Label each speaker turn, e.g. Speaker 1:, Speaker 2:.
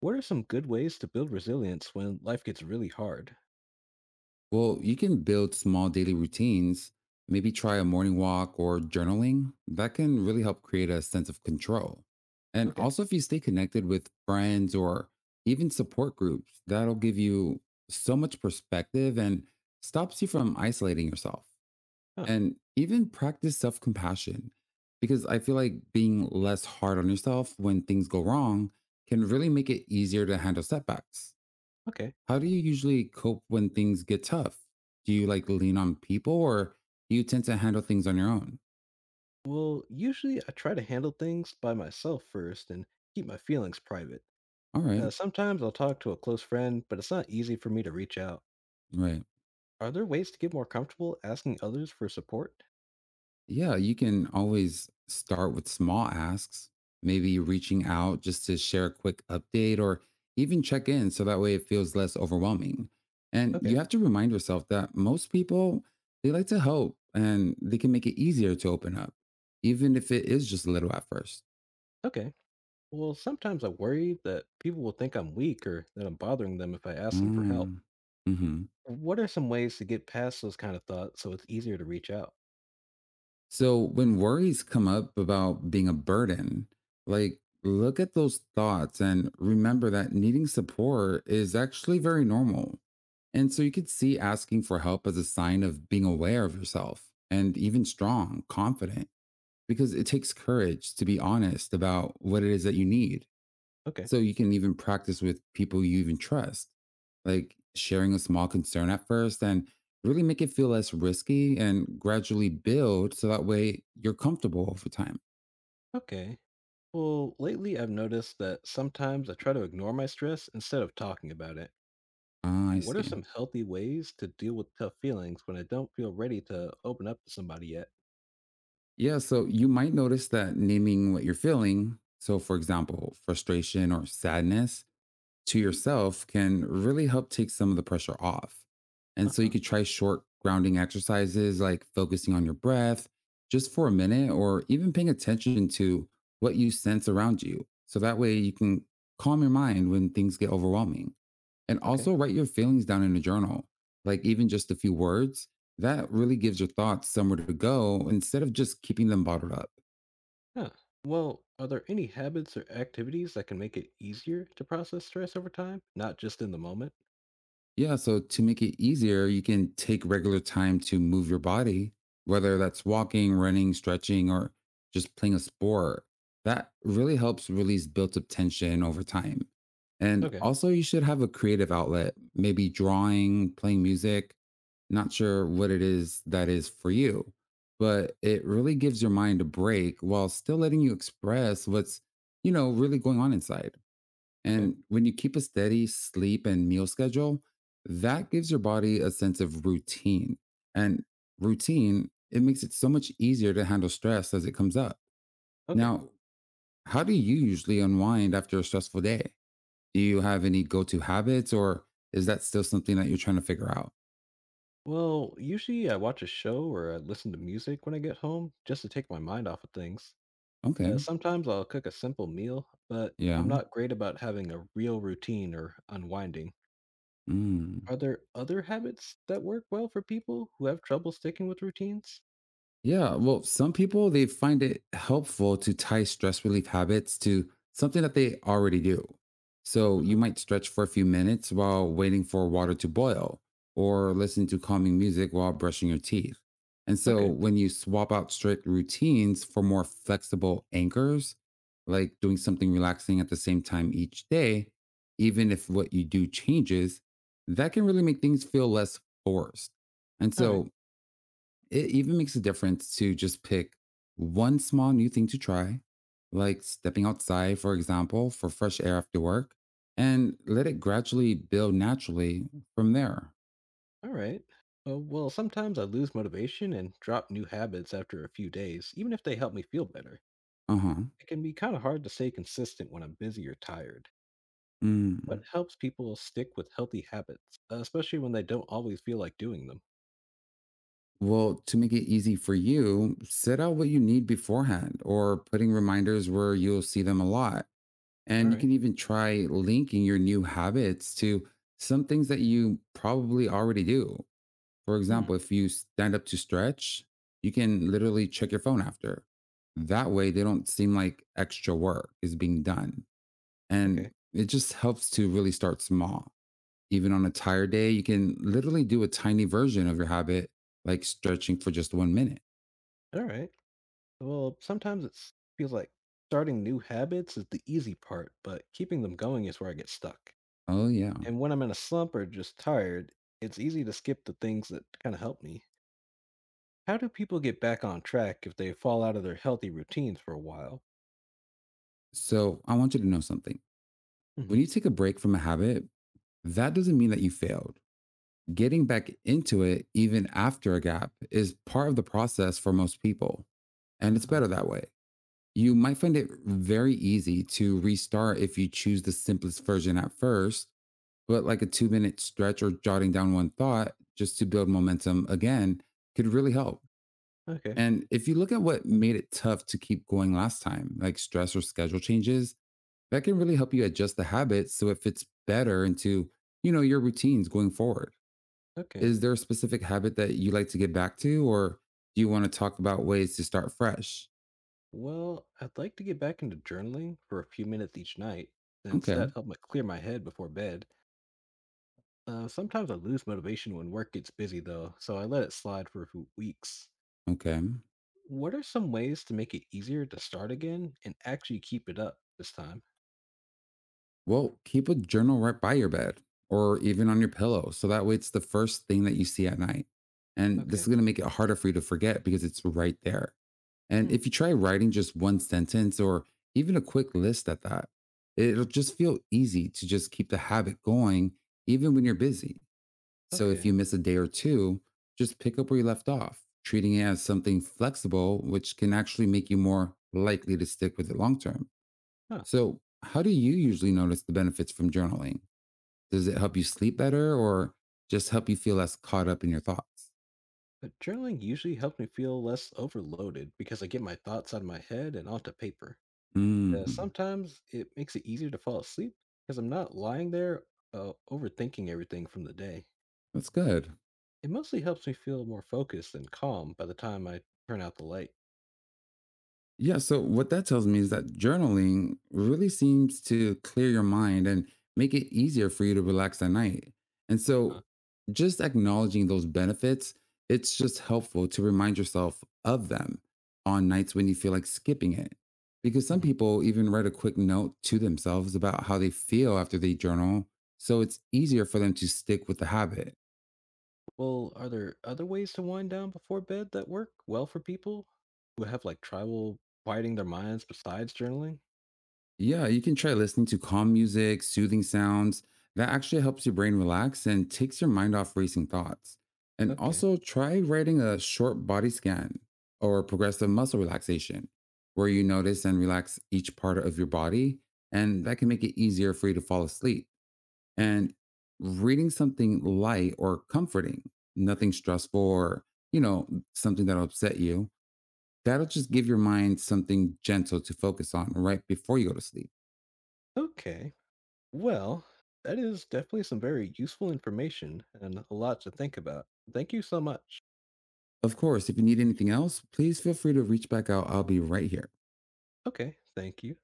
Speaker 1: What are some good ways to build resilience when life gets really hard?
Speaker 2: Well, you can build small daily routines, maybe try a morning walk or journaling. That can really help create a sense of control. And
Speaker 1: Okay.
Speaker 2: also, if you stay connected with friends or even support groups, that'll give you so much perspective and stops you from isolating yourself.
Speaker 1: Huh.
Speaker 2: And even practice self compassion, because I feel like being less hard on yourself when things go wrong can really make it easier to handle setbacks.
Speaker 1: Okay.
Speaker 2: How do you usually cope when things get tough? Do you like lean on people or do you tend to handle things on your own?
Speaker 1: Well, usually I try to handle things by myself first and keep my feelings private.
Speaker 2: All right.
Speaker 1: Sometimes I'll talk to a close friend, but it's not easy for me to reach out.
Speaker 2: Right.
Speaker 1: Are there ways to get more comfortable asking others for support?
Speaker 2: Yeah, you can always start with small asks, maybe reaching out just to share a quick update or even check in so that way it feels less overwhelming. And
Speaker 1: Okay.
Speaker 2: you have to remind yourself that most people, they like to help and they can make it easier to open up, even if it is just a little at first.
Speaker 1: Okay. Well, sometimes I worry that people will think I'm weak or that I'm bothering them if I ask them for help.
Speaker 2: Mm. hmm
Speaker 1: What are some ways to get past those kind of thoughts so it's easier to reach out?
Speaker 2: So when worries come up about being a burden, like look at those thoughts and remember that needing support is actually very normal. And so you could see asking for help as a sign of being aware of yourself and even strong, confident, because it takes courage to be honest about what it is that you need.
Speaker 1: Okay.
Speaker 2: So you can even practice with people you even trust, like sharing a small concern at first and really make it feel less risky and gradually build so that way you're comfortable over time.
Speaker 1: Okay. Well, lately I've noticed that sometimes I try to ignore my stress instead of talking about it.
Speaker 2: Ah, I
Speaker 1: What are
Speaker 2: see.
Speaker 1: some healthy ways to deal with tough feelings when I don't feel ready to open up to somebody yet?
Speaker 2: Yeah, so you might notice that naming what you're feeling, so for example, frustration or sadness, to yourself can really help take some of the pressure off. And
Speaker 1: Uh
Speaker 2: so you
Speaker 1: huh.
Speaker 2: could try short grounding exercises like focusing on your breath just for a minute or even paying attention to what you sense around you. So that way you can calm your mind when things get overwhelming. And
Speaker 1: Okay.
Speaker 2: also write your feelings down in a journal, like even just a few words. That really gives your thoughts somewhere to go instead of just keeping them bottled up.
Speaker 1: Huh. Well, are there any habits or activities that can make it easier to process stress over time, not just in the moment?
Speaker 2: Yeah, so to make it easier, you can take regular time to move your body, whether that's walking, running, stretching, or just playing a sport. That really helps release built up tension over time. And
Speaker 1: Okay.
Speaker 2: also, you should have a creative outlet, maybe drawing, playing music. Not sure what it is that is for you, but it really gives your mind a break while still letting you express what's really going on inside.
Speaker 1: Okay.
Speaker 2: And when you keep a steady sleep and meal schedule, that gives your body a sense of routine. And routine, it makes it so much easier to handle stress as it comes up.
Speaker 1: Okay.
Speaker 2: Now, how do you usually unwind after a stressful day? Do you have any go to habits or is that still something that you're trying to figure out?
Speaker 1: Well, usually I watch a show or I listen to music when I get home just to take my mind off of things.
Speaker 2: Okay.
Speaker 1: Sometimes I'll cook a simple meal, but
Speaker 2: Yeah.
Speaker 1: I'm not great about having a real routine or unwinding.
Speaker 2: Mm.
Speaker 1: Are there other habits that work well for people who have trouble sticking with routines?
Speaker 2: Yeah, well, some people they find it helpful to tie stress relief habits to something that they already do. So
Speaker 1: Uh
Speaker 2: you
Speaker 1: huh.
Speaker 2: might stretch for a few minutes while waiting for water to boil, or listen to calming music while brushing your teeth. And so
Speaker 1: Okay.
Speaker 2: when you swap out strict routines for more flexible anchors, like doing something relaxing at the same time each day, even if what you do changes, that can really make things feel less forced. And
Speaker 1: All right.
Speaker 2: so it even makes a difference to just pick one small new thing to try, like stepping outside, for example, for fresh air after work, and let it gradually build naturally from there.
Speaker 1: All right. Well, sometimes I lose motivation and drop new habits after a few days, even if they help me feel better.
Speaker 2: Uh huh.
Speaker 1: It can be kind of hard to stay consistent when I'm busy or tired. What
Speaker 2: Mm.
Speaker 1: helps people stick with healthy habits, especially when they don't always feel like doing them?
Speaker 2: Well, to make it easy for you, set out what you need beforehand or putting reminders where you'll see them a lot.
Speaker 1: All
Speaker 2: And you
Speaker 1: right.
Speaker 2: can even try linking your new habits to some things that you probably already do. For
Speaker 1: Hmm.
Speaker 2: example, if you stand up to stretch, you can literally check your phone after. That way, they don't seem like extra work is being done. And
Speaker 1: Okay.
Speaker 2: it just helps to really start small. Even on a tired day, you can literally do a tiny version of your habit, like stretching for just 1 minute.
Speaker 1: All right. Well, sometimes it feels like starting new habits is the easy part, but keeping them going is where I get stuck.
Speaker 2: Oh, yeah.
Speaker 1: And when I'm in a slump or just tired, it's easy to skip the things that kind of help me. How do people get back on track if they fall out of their healthy routines for a while?
Speaker 2: So I want you to know something.
Speaker 1: Hmm.
Speaker 2: When you take a break from a habit, that doesn't mean that you failed. Getting back into it, even after a gap, is part of the process for most people. And
Speaker 1: Uh
Speaker 2: it's
Speaker 1: huh.
Speaker 2: better that way. You might find it very easy to restart if you choose the simplest version at first, but like a 2 minute stretch or jotting down one thought just to build momentum again could really help.
Speaker 1: Okay.
Speaker 2: And if you look at what made it tough to keep going last time, like stress or schedule changes, that can really help you adjust the habit so it fits better into your routines going forward.
Speaker 1: Okay.
Speaker 2: Is there a specific habit that you like to get back to or do you want to talk about ways to start fresh?
Speaker 1: Well, I'd like to get back into journaling for a few minutes each night, since
Speaker 2: Okay.
Speaker 1: that helped me clear my head before bed. Sometimes I lose motivation when work gets busy, though, so I let it slide for a few weeks.
Speaker 2: Okay.
Speaker 1: What are some ways to make it easier to start again and actually keep it up this time?
Speaker 2: Well, keep a journal right by your bed or even on your pillow. So that way it's the first thing that you see at night. And this is
Speaker 1: Okay.
Speaker 2: going to make it harder for you to forget because it's right there. And
Speaker 1: Hmm.
Speaker 2: if you try writing just one sentence or even a quick list at that, it'll just feel easy to just keep the habit going, even when you're busy. So if you
Speaker 1: Okay.
Speaker 2: miss a day or two, just pick up where you left off, treating it as something flexible, which can actually make you more likely to stick with it long term.
Speaker 1: Huh.
Speaker 2: So, how do you usually notice the benefits from journaling? Does it help you sleep better or just help you feel less caught up in your thoughts?
Speaker 1: But journaling usually helps me feel less overloaded because I get my thoughts out of my head and onto paper.
Speaker 2: Mm,
Speaker 1: Sometimes it makes it easier to fall asleep because I'm not lying there overthinking everything from the day.
Speaker 2: that's good.
Speaker 1: It mostly helps me feel more focused and calm by the time I turn out the light.
Speaker 2: Yeah, so what that tells me is that journaling really seems to clear your mind and make it easier for you to relax at night. And
Speaker 1: Huh.
Speaker 2: so just acknowledging those benefits, it's just helpful to remind yourself of them on nights when you feel like skipping it. Because some
Speaker 1: Mhm.
Speaker 2: people even write a quick note to themselves about how they feel after they journal, so it's easier for them to stick with the habit.
Speaker 1: Well, are there other ways to wind down before bed that work well for people who have like tribal quieting their minds besides journaling?
Speaker 2: Yeah, you can try listening to calm music, soothing sounds. That actually helps your brain relax and takes your mind off racing thoughts. And
Speaker 1: Okay.
Speaker 2: also try writing a short body scan or progressive muscle relaxation, where you notice and relax each part of your body. And that can make it easier for you to fall asleep. And reading something light or comforting, nothing stressful or, you know, something that'll upset you, that'll just give your mind something gentle to focus on right before you go to sleep.
Speaker 1: Okay. Well, that is definitely some very useful information and a lot to think about. Thank you so much.
Speaker 2: Of course, if you need anything else, please feel free to reach back out. I'll be right here.
Speaker 1: Okay. Thank you.